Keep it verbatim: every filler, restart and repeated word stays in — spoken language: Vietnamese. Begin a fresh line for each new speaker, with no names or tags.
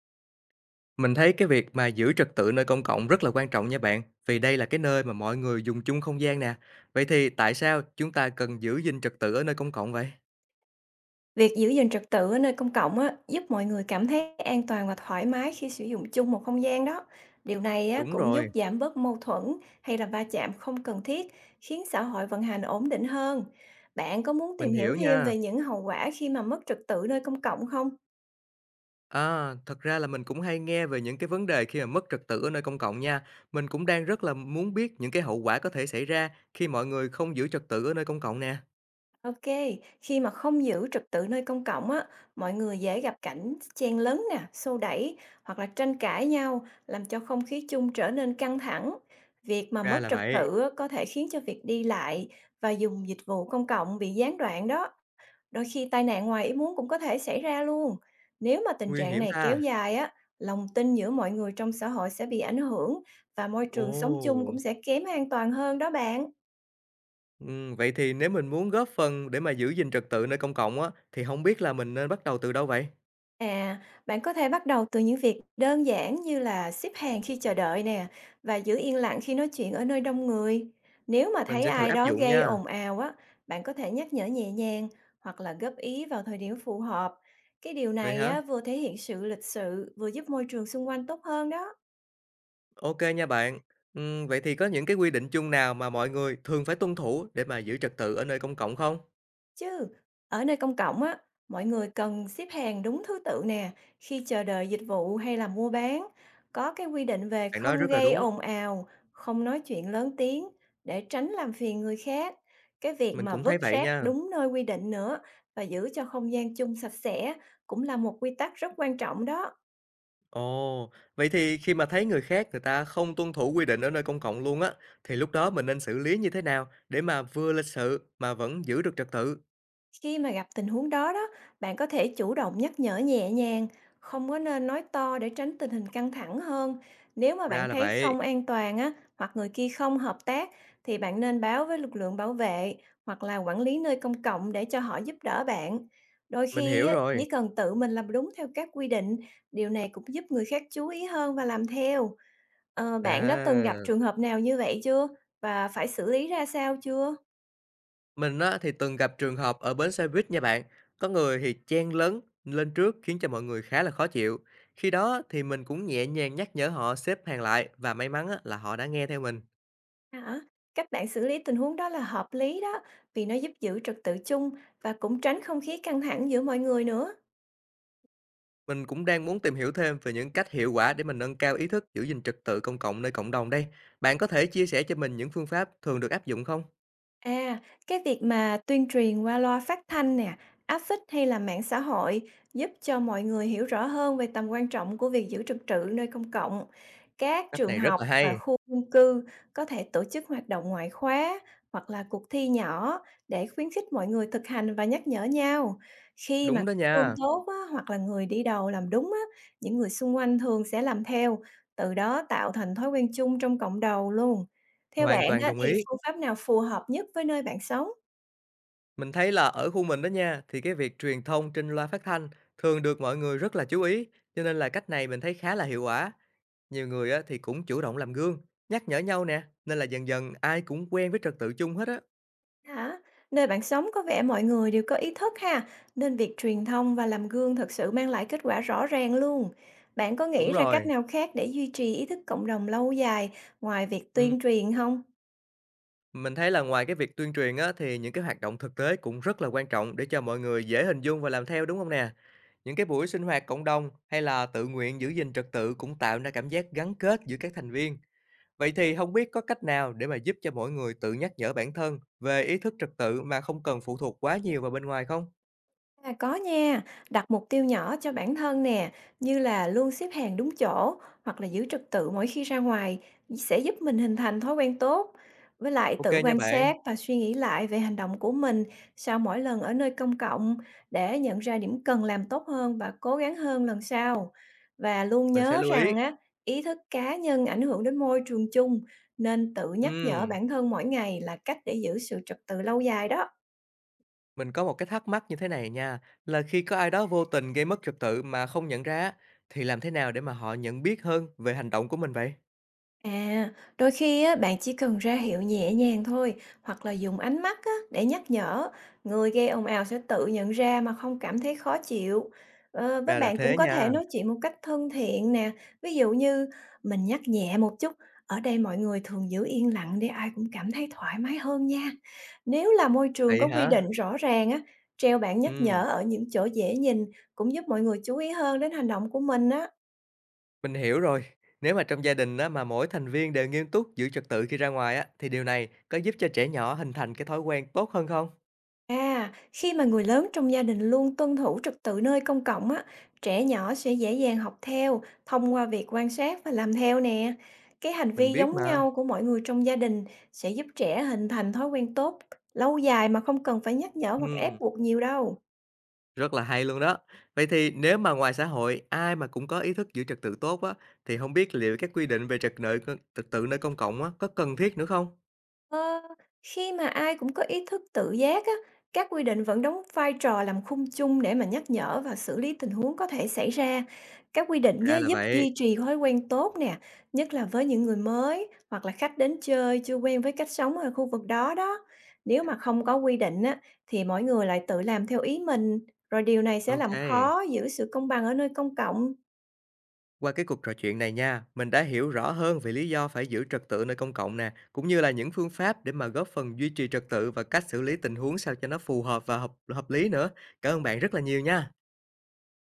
Mình thấy cái việc mà giữ trật tự nơi công cộng rất là quan trọng nha bạn, vì đây là cái nơi mà mọi người dùng chung không gian nè. Vậy thì tại sao chúng ta cần giữ gìn trật tự ở nơi công cộng vậy?
Việc giữ gìn trật tự ở nơi công cộng á, giúp mọi người cảm thấy an toàn và thoải mái khi sử dụng chung một không gian đó. Điều này á,
Đúng
cũng giúp
rồi,
giảm bớt mâu thuẫn hay là va chạm không cần thiết, khiến xã hội vận hành ổn định hơn. Bạn có muốn
mình
tìm hiểu
hiểu
thêm
nha.
về những hậu quả khi mà mất trật tự nơi công cộng không?
À, thật ra là mình cũng hay nghe về những cái vấn đề khi mà mất trật tự ở nơi công cộng nha. Mình cũng đang rất là muốn biết những cái hậu quả có thể xảy ra khi mọi người không giữ trật tự ở nơi công cộng nè.
Ok, khi mà không giữ trật tự nơi công cộng á, mọi người dễ gặp cảnh chen lấn nè, xô đẩy hoặc là tranh cãi nhau, làm cho không khí chung trở nên căng thẳng. Việc mà
Ra
mất
là
trật
vậy,
tự á, có thể khiến cho việc đi lại và dùng dịch vụ công cộng bị gián đoạn đó. Đôi khi tai nạn ngoài ý muốn cũng có thể xảy ra luôn. Nếu mà tình
nguy
trạng
hiểm
này kéo
ta.
dài á, lòng tin giữa mọi người trong xã hội sẽ bị ảnh hưởng và môi trường sống chung
Ồ,
cũng sẽ kém an toàn hơn đó bạn.
ừ, vậy thì nếu mình muốn góp phần để mà giữ gìn trật tự nơi công cộng á, thì không biết là mình nên bắt đầu từ đâu vậy?
À, bạn có thể bắt đầu từ những việc đơn giản như là xếp hàng khi chờ đợi nè và giữ yên lặng khi nói chuyện ở nơi đông người. Nếu mà
Mình
thấy
sẽ thử
ai
áp
đó
dụng
gây
nha.
ồn ào á, bạn có thể nhắc nhở nhẹ nhàng hoặc là góp ý vào thời điểm phù hợp. Cái điều
Vậy
này
hả?
á, vừa thể hiện sự lịch sự, vừa giúp môi trường xung quanh tốt hơn đó.
OK nha bạn. Ừm, vậy thì có những cái quy định chung nào mà mọi người thường phải tuân thủ để mà giữ trật tự ở nơi công cộng không?
Chứ, ở nơi công cộng á, mọi người cần xếp hàng đúng thứ tự nè, khi chờ đợi dịch vụ hay là mua bán, có cái quy định về
Bạn nói
không
rất là
gây
đúng,
ồn ào, không nói chuyện lớn tiếng để tránh làm phiền người khác. Cái việc
mình
mà
cũng thấy
vứt
vậy
rác
nha.
đúng nơi quy định nữa và giữ cho không gian chung sạch sẽ cũng là một quy tắc rất quan trọng đó.
Ồ, vậy thì khi mà thấy người khác người ta không tuân thủ quy định ở nơi công cộng luôn á, thì lúc đó mình nên xử lý như thế nào để mà vừa lịch sự mà vẫn giữ được trật tự?
Khi mà gặp tình huống đó đó, bạn có thể chủ động nhắc nhở nhẹ nhàng, không có nên nói to để tránh tình hình căng thẳng hơn. Nếu mà
Ra
bạn
là
thấy
vậy,
không an toàn á, hoặc người kia không hợp tác, thì bạn nên báo với lực lượng bảo vệ hoặc là quản lý nơi công cộng để cho họ giúp đỡ bạn. Đôi
mình
khi
hiểu
á,
rồi.
chỉ cần tự mình làm đúng theo các quy định, điều này cũng giúp người khác chú ý hơn và làm theo. Ờ, bạn đã từng gặp
À.
trường hợp nào như vậy chưa? Và phải xử lý ra sao chưa?
Mình á, thì từng gặp trường hợp ở bến xe buýt nha bạn. Có người thì chen lấn lên trước khiến cho mọi người khá là khó chịu. Khi đó thì mình cũng nhẹ nhàng nhắc nhở họ xếp hàng lại và may mắn á, là họ đã nghe theo mình.
Hả? Cách bạn xử lý tình huống đó là hợp lý đó, vì nó giúp giữ trật tự chung và cũng tránh không khí căng thẳng giữa mọi người nữa.
Mình cũng đang muốn tìm hiểu thêm về những cách hiệu quả để mình nâng cao ý thức giữ gìn trật tự công cộng nơi cộng đồng đây. Bạn có thể chia sẻ cho mình những phương pháp thường được áp dụng không?
À, cái việc mà tuyên truyền qua loa phát thanh nè, áp phích hay là mạng xã hội giúp cho mọi người hiểu rõ hơn về tầm quan trọng của việc giữ trật tự nơi công cộng. Các
Cách
trường
này rất
học
là
và
hay.
khu dân cư có thể tổ chức hoạt động ngoại khóa hoặc là cuộc thi nhỏ để khuyến khích mọi người thực hành và nhắc nhở nhau. Khi
Đúng
mà
đó
gương
nha.
tốt á, hoặc là người đi đầu làm đúng á, những người xung quanh thường sẽ làm theo, từ đó tạo thành thói quen chung trong cộng đồng luôn. Theo
Hoàn
bạn
toàn
á,
đồng
thì
ý.
phương pháp nào phù hợp nhất với nơi bạn sống?
Mình thấy là ở khu mình đó nha, thì cái việc truyền thông trên loa phát thanh thường được mọi người rất là chú ý, cho nên là cách này mình thấy khá là hiệu quả. Nhiều người á, thì cũng chủ động làm gương, nhắc nhở nhau nè, nên là dần dần ai cũng quen với trật tự chung hết á.
Hả? Nơi bạn sống có vẻ mọi người đều có ý thức ha, nên việc truyền thông và làm gương thực sự mang lại kết quả rõ ràng luôn. Bạn có
Đúng
nghĩ ra cách
rồi.
nào khác để duy trì ý thức cộng đồng lâu dài ngoài việc
Ừ.
tuyên truyền không?
Mình thấy là ngoài cái việc tuyên truyền á, thì những cái hoạt động thực tế cũng rất là quan trọng để cho mọi người dễ hình dung và làm theo đúng không nè? Những cái buổi sinh hoạt cộng đồng hay là tự nguyện giữ gìn trật tự cũng tạo ra cảm giác gắn kết giữa các thành viên. Vậy thì không biết có cách nào để mà giúp cho mỗi người tự nhắc nhở bản thân về ý thức trật tự mà không cần phụ thuộc quá nhiều vào bên ngoài không?
À, có nha, đặt mục tiêu nhỏ cho bản thân nè, như là luôn xếp hàng đúng chỗ hoặc là giữ trật tự mỗi khi ra ngoài sẽ giúp mình hình thành thói quen tốt. Với lại
OK
tự
nha
quan
bạn,
sát và suy nghĩ lại về hành động của mình sau mỗi lần ở nơi công cộng để nhận ra điểm cần làm tốt hơn và cố gắng hơn lần sau. Và luôn
mình sẽ
nhớ
lưu ý.
rằng á, ý thức cá nhân ảnh hưởng đến môi trường chung nên tự nhắc nhở
Ừm,
bản thân mỗi ngày là cách để giữ sự trật tự lâu dài đó.
mình có một cái thắc mắc như thế này nha, là khi có ai đó vô tình gây mất trật tự mà không nhận ra á, thì làm thế nào để mà họ nhận biết hơn về hành động của mình vậy?
À, đôi khi á, bạn chỉ cần ra hiệu nhẹ nhàng thôi, hoặc là dùng ánh mắt á, để nhắc nhở, người gây ồn ào sẽ tự nhận ra mà không cảm thấy khó chịu. Ờ, với
Ra là
bạn cũng
thế
có
nha.
thể nói chuyện một cách thân thiện nè, ví dụ như mình nhắc nhẹ một chút, ở đây mọi người thường giữ yên lặng để ai cũng cảm thấy thoải mái hơn nha. Nếu là môi trường
Vậy
có quy
hả?
định rõ ràng á, treo bảng nhắc
Ừm,
nhở ở những chỗ dễ nhìn cũng giúp mọi người chú ý hơn đến hành động của mình á.
mình hiểu rồi. Nếu mà trong gia đình á, mà mỗi thành viên đều nghiêm túc giữ trật tự khi ra ngoài á, thì điều này có giúp cho trẻ nhỏ hình thành cái thói quen tốt hơn không?
À, khi mà người lớn trong gia đình luôn tuân thủ trật tự nơi công cộng á, trẻ nhỏ sẽ dễ dàng học theo thông qua việc quan sát và làm theo nè. Cái hành
Mình
vi
biết
giống
mà.
nhau của mọi người trong gia đình sẽ giúp trẻ hình thành thói quen tốt lâu dài mà không cần phải nhắc nhở hoặc ép
Ừm.
buộc nhiều đâu.
Rất là hay luôn đó. Vậy thì nếu mà ngoài xã hội ai mà cũng có ý thức giữ trật tự tốt á, thì không biết liệu các quy định về trật tự trật tự nơi công cộng á, có cần thiết nữa không?
Ờ, khi mà ai cũng có ý thức tự giác á, các quy định vẫn đóng vai trò làm khung chung để mà nhắc nhở và xử lý tình huống có thể xảy ra. Các quy định nhớ
Ra là
giúp
vậy.
duy trì thói quen tốt nè, nhất là với những người mới hoặc là khách đến chơi chưa quen với cách sống ở khu vực đó đó. Nếu mà không có quy định á, thì mỗi người lại tự làm theo ý mình, rồi điều này sẽ
OK.
làm khó giữ sự công bằng ở nơi công cộng.
Qua cái cuộc trò chuyện này nha, mình đã hiểu rõ hơn về lý do phải giữ trật tự nơi công cộng nè, cũng như là những phương pháp để mà góp phần duy trì trật tự và cách xử lý tình huống sao cho nó phù hợp và hợp hợp lý nữa. Cảm ơn bạn rất là nhiều nha.